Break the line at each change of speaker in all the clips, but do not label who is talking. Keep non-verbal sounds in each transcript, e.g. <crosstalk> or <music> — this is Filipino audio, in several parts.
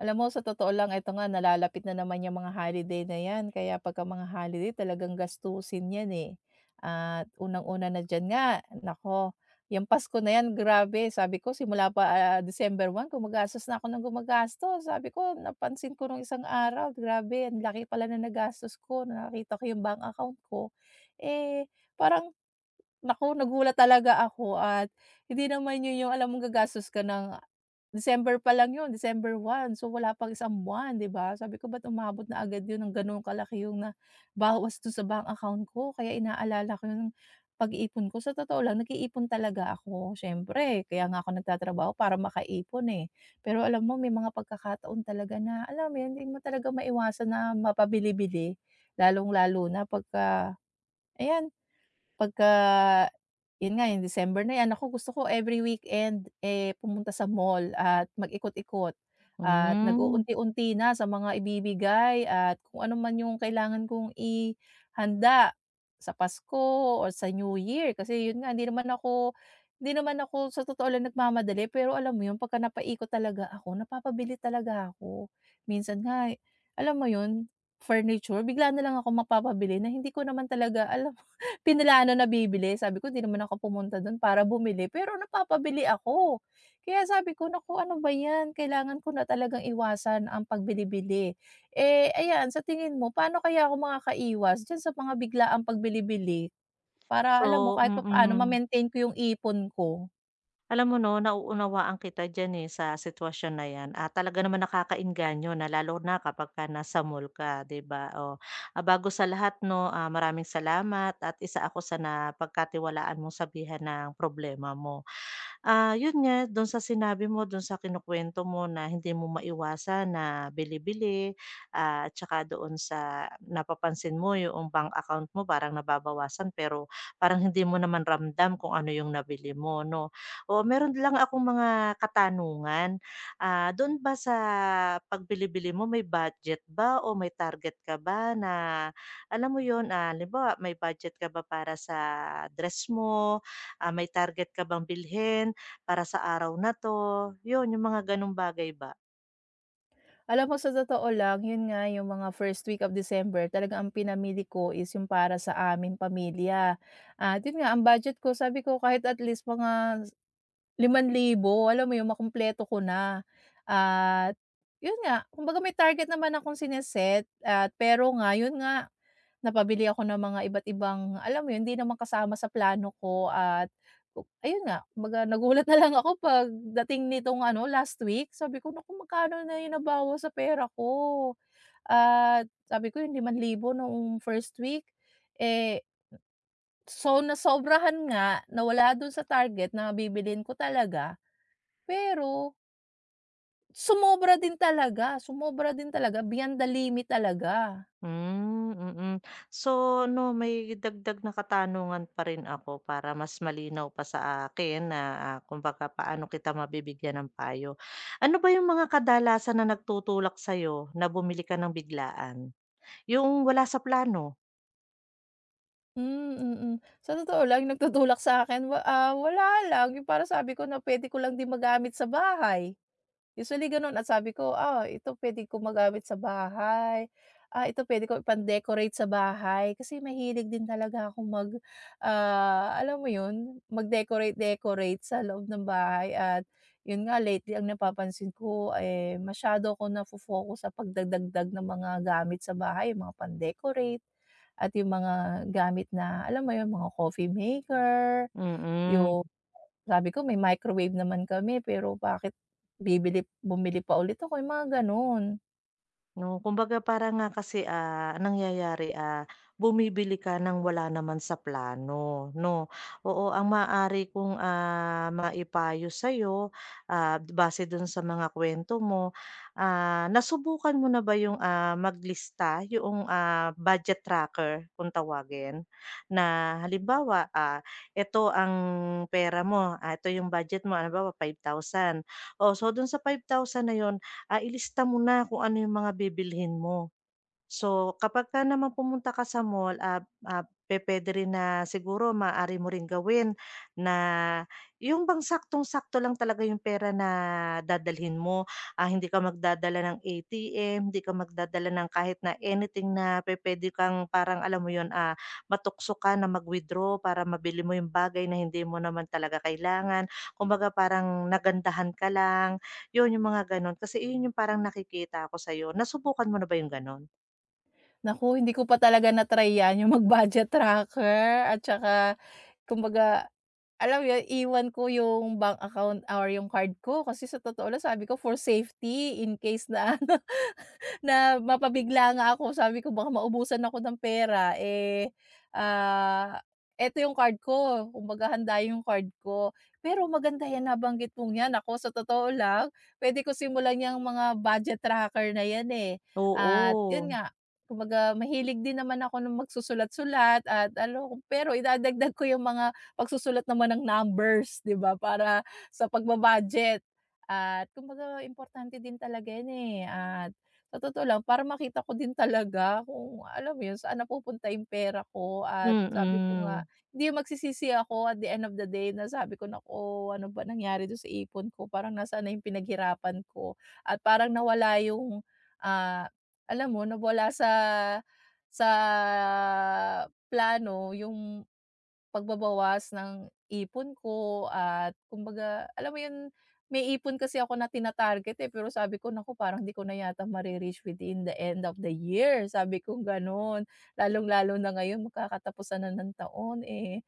Alam mo, sa totoo lang, eto nga, nalalapit na naman yung mga holiday na yan, kaya pagka mga holiday, talagang gastusin yan, eh. At unang-una na diyan, nga nako yang Pasko na yan, grabe, sabi ko simula pa, December 1, gumagastos na ako ng gumagastos. Sabi ko napansin ko nung isang araw, grabe ang laki pala ng nagastos ko, nakita ko yung bank account ko. Eh, parang, naku, nagulat talaga ako at hindi naman yun yung alam mong gagastos ka ng December pa lang yun. December 1, so wala pang isang buwan, 'di ba? Sabi ko, "Ba't umabot na agad yun ng gano'n kalaki yung na bawas to sa bank account ko?" Kaya inaalala ko yung pag-iipon ko. Sa totoo lang, nag-iipon talaga ako, siyempre, kaya nga ako nagtatrabaho para makaipon, eh. Pero alam mo, may mga pagkakataon talaga na, alam mo yun, hindi mo talaga maiwasan na mapabili-bili. Lalong-lalo na pagka, ayan, pagka yun nga yung December na 'yan, ako gusto ko every weekend, eh, pumunta sa mall at mag-ikot-ikot at
Hmm.
nag-uunti-unti na sa mga ibibigay at kung ano man yung kailangan kong ihanda sa Pasko or sa New Year. Kasi yun nga, hindi naman ako sa totoo lang nagmamadali, pero alam mo yun, pagka napaikot talaga ako, napapabili talaga ako. Minsan nga, eh, alam mo yun, furniture bigla na lang ako mapapabili na hindi ko naman talaga alam pinaplano na bibili. Sabi ko hindi naman ako pumunta dun para bumili, pero napapabili ako. Kaya sabi ko, naku, ano ba yan, kailangan ko na talagang iwasan ang pagbili-bili. Eh, ayan, sa tingin mo paano kaya ako makakaiwas diyan sa mga biglaang pagbili-bili para, alam mo,
So,
kahit papaano
mm.
ma-maintain ko yung ipon ko?
Alam mo 'no, nauunawaan kita diyan, eh, sa sitwasyon na 'yan at talaga naman nakakaengganyo na lalo na kapagka nasa mall ka, 'di ba? Bago sa lahat 'no, maraming salamat at isa ako sa napagkatiwalaan mong sabihan ng problema mo. Yun nga dun sa sinabi mo, dun sa kinukwento mo na hindi mo maiwasan na bili-bili, at saka doon sa napapansin mo yung bank account mo parang nababawasan pero parang hindi mo naman ramdam kung ano yung nabili mo 'no. Oo, meron lang akong mga katanungan. Dun ba sa pagbili-bili mo may budget ba o may target ka ba na alam mo yun, halimbawa may budget ka ba para sa dress mo, may target ka bang bilhin? Para sa araw na 'to, 'yun yung mga gano'ng bagay ba.
Alam mo, sa totoo lang, yun nga yung mga first week of December, talaga ang pinamili ko is yung para sa aming pamilya. At yun nga ang budget ko, sabi ko kahit at least mga 5,000, alam mo yun, makumpleto ko na. At yun nga, kumbaga may target naman akong sine, at pero nga, yun nga, napabili ako ng mga iba't ibang, alam mo yun, hindi naman kasama sa plano ko at ayun nga, kumbaga nagulat <laughs> na lang ako pagdating nitong ano, last week. Sabi ko, "Naku, magkano na yung nabawas sa pera ko?" At sabi ko yung 5,000 noong first week, eh, so nasobrahan nga, nawala dun sa target na bibilin ko talaga. Pero sumobra din talaga, beyond the limit talaga.
Hmm, mm. So no may dagdag na katanungan pa rin ako para mas malinaw pa sa akin na, kumbaga paano kita mabibigyan ng payo. Ano ba yung mga kadalasan na nagtutulak sa'yo na bumili ka ng biglaan? Yung wala sa plano?
Hmm, mm. Sa totoo lang, yung nagtutulak sa'kin, wala lang, yung parang sabi ko na puwede ko lang din magamit sa bahay. Usually gano'n, at sabi ko, "Ah, ito puwede kong magamit sa bahay. Ah, ito puwede ko ipang-decorate sa bahay." Kasi mahilig din talaga akong mag, alam mo 'yun, mag-decorate-decorate sa loob ng bahay. At 'yun nga lately ang napapansin ko, eh, masyado ako nafo-focus sa pagdadagdag ng mga gamit sa bahay, yung mga pan decorate at yung mga gamit na, alam mo 'yun, mga coffee maker,
Mm.
yung sabi ko, "May microwave naman kami, pero bakit bumili pa ulit ako?" Yung mga gano'n.
'No, kumbaga para nga kasi, ang nangyayari, bumibili ka ng wala naman sa plano, 'no? Oo, ang maaari kong, maipayo sa'yo, base do'n sa mga kwento mo, nasubukan mo na ba yung, maglista yung budget tracker kung tawagin? Na halimbawa, eto ang pera mo, ito yung budget mo, halimbawa 5,000. Oh, so do'n sa 5,000 na 'yon ilista mo na kung ano yung mga bibilhin mo. So, kapagka naman pumunta ka sa mall, pupuwede rin na siguro maaari mo ring gawin na yung bang saktong-sakto lang talaga yung pera na dadalhin mo. Ah, hindi ka magdadala ng ATM, hindi ka magdadala ng kahit na anything na pupuwede kang parang alam mo yun, matukso ka na mag-withdraw para mabili mo yung bagay na hindi mo naman talaga kailangan. Kumbaga parang nagandahan ka lang, yun yung mga gano'n. Kasi yun yung parang nakikita ko sa'yo. Nasubukan mo na ba yung gano'n?
Naku, hindi ko pa talaga na-try 'yan, yung mag-budget tracker, at saka kumbaga, alam mo 'yun, iwan ko yung bank account or yung card ko, kasi sa totoo lang sabi ko for safety in case na ano, na mapabigla nga ako. Sabi ko baka maubusan ako ng pera, eh, ah, eto yung card ko, kumbaga handa yung card ko. Pero maganda yan nabanggit mong yan, naku, sa totoo lang puwede ko simulan yung mga budget tracker na yan, eh. At yun
Oo,
nga, kumbaga mahilig din naman ako ng magsusulat-sulat at ano, pero idadagdag ko yung mga pagsusulat naman ng numbers, 'di ba, para sa pagba-budget. At kumbaga importante din talaga yan, eh, at sa totoo lang para makita ko din talaga kung, alam mo yun, saan napupunta yung pera ko. At sabi ko nga,
mm,
hindi magsisisi ako at the end of the day na sabi ko, "Naku, ano ba nangyari dun sa ipon ko, parang nasaan na yung pinaghirapan ko?" At parang nawala yung, ah, alam mo, nawala sa plano yung pagbabawas ng ipon ko. At kumbaga, alam mo 'yun, may ipon kasi ako na tina, eh, pero sabi ko, "Naku, parang di ko na yata mare-reach within the end of the year." Sabi kong gano'n. Lalong-lalo na ngayon, magkakatapusan na ng taon, eh,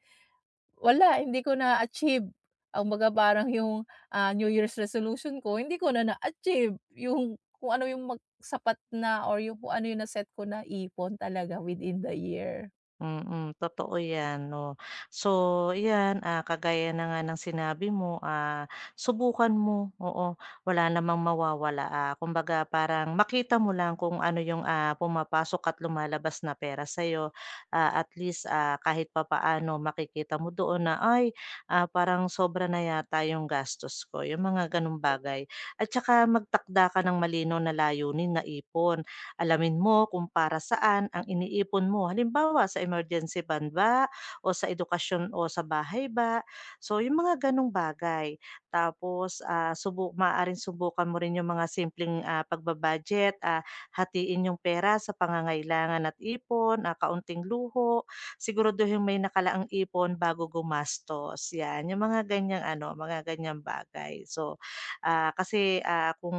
wala, hindi ko na-achieve ang kumbaga parang yung, New Year's resolution ko, hindi ko na na-achieve. Yung kung ano yung magsapat na or yung kung ano yung na-set ko na ipon talaga within the year.
totoo 'yan 'no. So 'yan, kagaya na nga ng sinabi mo, subukan mo, oo, wala namang mawawala, kumbaga parang makita mo lang kung ano yung, pumapasok at lumalabas na pera sa'yo. Ah, at least, kahit papaano makikita mo doon na, "Ay, parang sobra na yata yung gastos ko," yung mga gano'ng bagay. At saka magtakda ka ng malinaw na layunin na ipon. Alamin mo kung para saan ang iniipon mo. Halimbawa, sa emergency fund ba o sa edukasyon o sa bahay ba? So, yung mga ganong bagay. Tapos, ah, subuk maaaring subukan mo rin yung mga simpleng pagbabudget. Hatiin yung pera sa pangangailangan at ipon, kaunting luho. Siguraduhin may nakalaang ipon bago gumastos. Yan, yung mga ganyang ano, mga ganyang bagay. So, kasi kung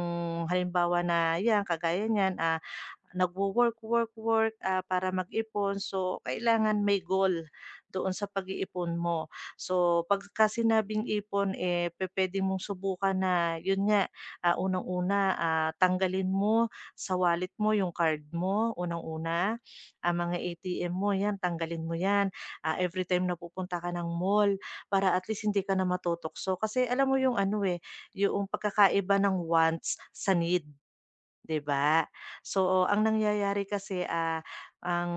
halimbawa na yan, kagaya niyan, nagwo-work, work, work, para mag-ipon. So, kailangan may goal doon sa pag-iipon mo. So, pagka sinabing ipon, eh, pwede mong subukan na, yun nga, unang-una, tanggalin mo sa wallet mo yung card mo, unang-una. Ang mga ATM mo, yan, tanggalin mo yan. Ah, every time na pupunta ka ng mall, para at least hindi ka na matutokso. Kasi alam mo yung ano eh, yung pagkakaiba ng wants sa need. 'Di ba? So, oh, ang nangyayari kasi, ang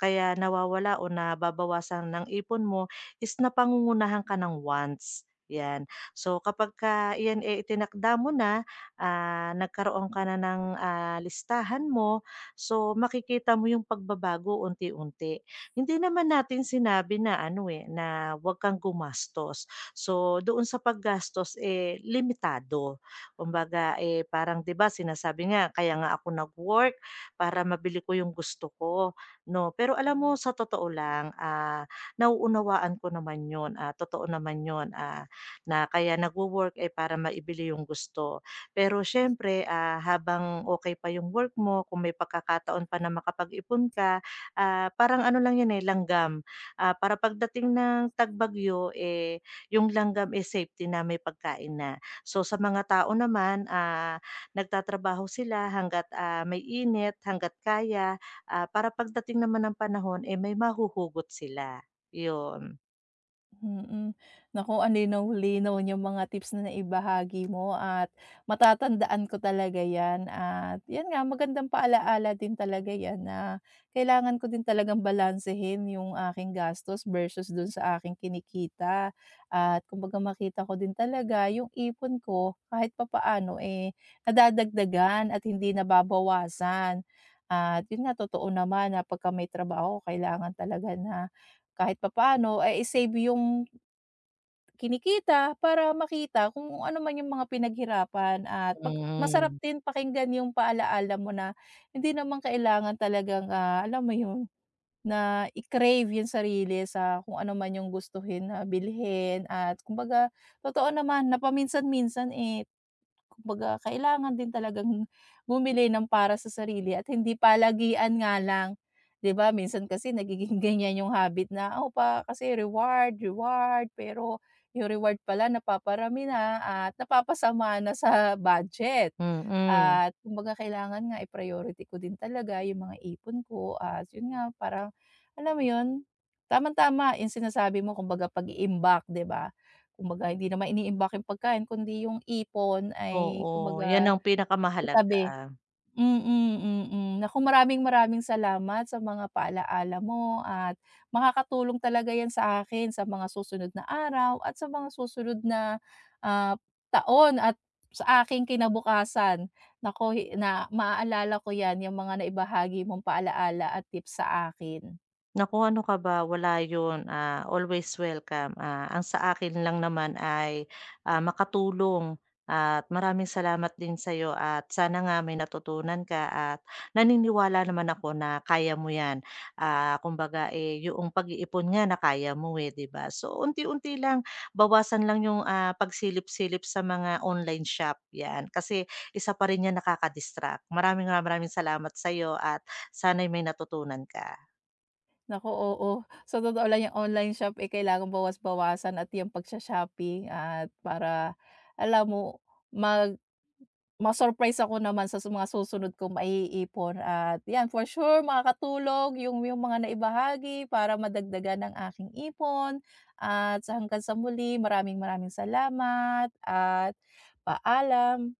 kaya nawawala o nababawasan ng ipon mo is napangungunahan ka ng wants, 'yan. So, kapagka iyan, eh, itinakda mo na, nagkaroon ka na ng, listahan mo, so makikita mo yung pagbabago unti-unti. Hindi naman natin sinabi na ano, eh, na huwag kang gumastos. So, doon sa paggastos, eh, limitado. Kumbaga, eh, parang 'di ba sinasabi nga kaya nga ako nag-work para mabili ko yung gusto ko, 'no? Pero alam mo sa totoo lang, nauunawaan ko naman yun, totoo naman yun, na kaya nagwo-work, eh, para maibili yung gusto. Pero siyempre, habang okay pa yung work mo, kung may pagkakataon pa na makapag-ipon ka, parang ano lang yun, eh, langgam. Ah, para pagdating ng tag eh, yung langgam, eh, safety na, may pagkain na. So sa mga tao naman, nagtatrabaho sila hangga't, may init, hangga't kaya, para pagdating naman ng panahon, eh, may mahuhugot sila, 'yun.
Mm. Naku, ang linaw-linaw yung mga tips na naibahagi mo, at matatandaan ko talaga 'yan. At 'yan nga, magandang paalaala din talaga 'yan na kailangan ko din talagang balansehin yung aking gastos versus dun sa aking kinikita. At kumbaga makita ko din talaga yung ipon ko kahit papaano, eh, nadadagdagan at hindi nababawasan. At yun nga, totoo naman na pagka may trabaho kailangan talaga na kahit papaano, eh, i-save yung kinikita para makita kung ano man yung mga pinaghirapan. At pag masarap
Hmm.
din pakinggan yung paalaala mo na hindi naman kailangan talagang, alam mo yun, na i-crave yung sarili sa kung ano man yung gustuhin na bilhin. At kumbaga totoo naman na paminsan-minsan, eh, kumbaga kailangan din talagang bumili ng para sa sarili at hindi palagian nga lang. 'Di ba minsan kasi nagiging <laughs> ganyan yung habit na, "Oh, pa kasi reward, reward." Pero yung reward pala napaparami na at napapasama na sa <laughs> budget.
Mm,
At kumbaga kailangan nga i-priority ko din talaga yung mga ipon ko. At yun nga parang, alam mo yun, tamang-tama yung sinasabi mo, kumbaga pag-iimbak, 'di ba? Kumbaga hindi naman iniimbak yung pagkain, kundi yung ipon ay
oo, 'yan
kumbaga
ang pinakamahalaga.
itabi. Mm, mm. Mm. Naku, maraming-maraming salamat sa mga paalaala mo, at makakatulong talaga 'yan sa akin sa mga susunod na araw at sa mga susunod na, ah, taon, at sa aking kinabukasan. Naku, hi na maaalala ko 'yan, yung mga naibahagi mong paalaala at tips sa akin.
Naku, ano ka ba, wala yun, always welcome. Ah, ang sa akin lang naman ay, makatulong at maraming salamat din sa'yo at sana nga may natutunan ka at naniniwala naman ako na kaya mo yan. Ah, kumbaga, eh, yung pag-iipon nga na kaya mo, eh, 'di ba? So, unti-unti lang, bawasan lang yung, pagsilip-silip sa mga online shop, 'yan. Kasi isa pa rin yan nakaka-distract. Maraming salamat sa'yo at sana'y may natutunan ka.
Naku, oo. Sa totoo lang, yung online shop, eh, kailangan bawas-bawasan at yung pagsho-shopping, at para, alam mo, mag ma-surprise ako naman sa mga susunod kong maiipon. At 'yan, for sure makakatulong yung mga naibahagi para madagdagan ng aking ipon. At sa hanggang sa muli, maraming maraming salamat at paalam.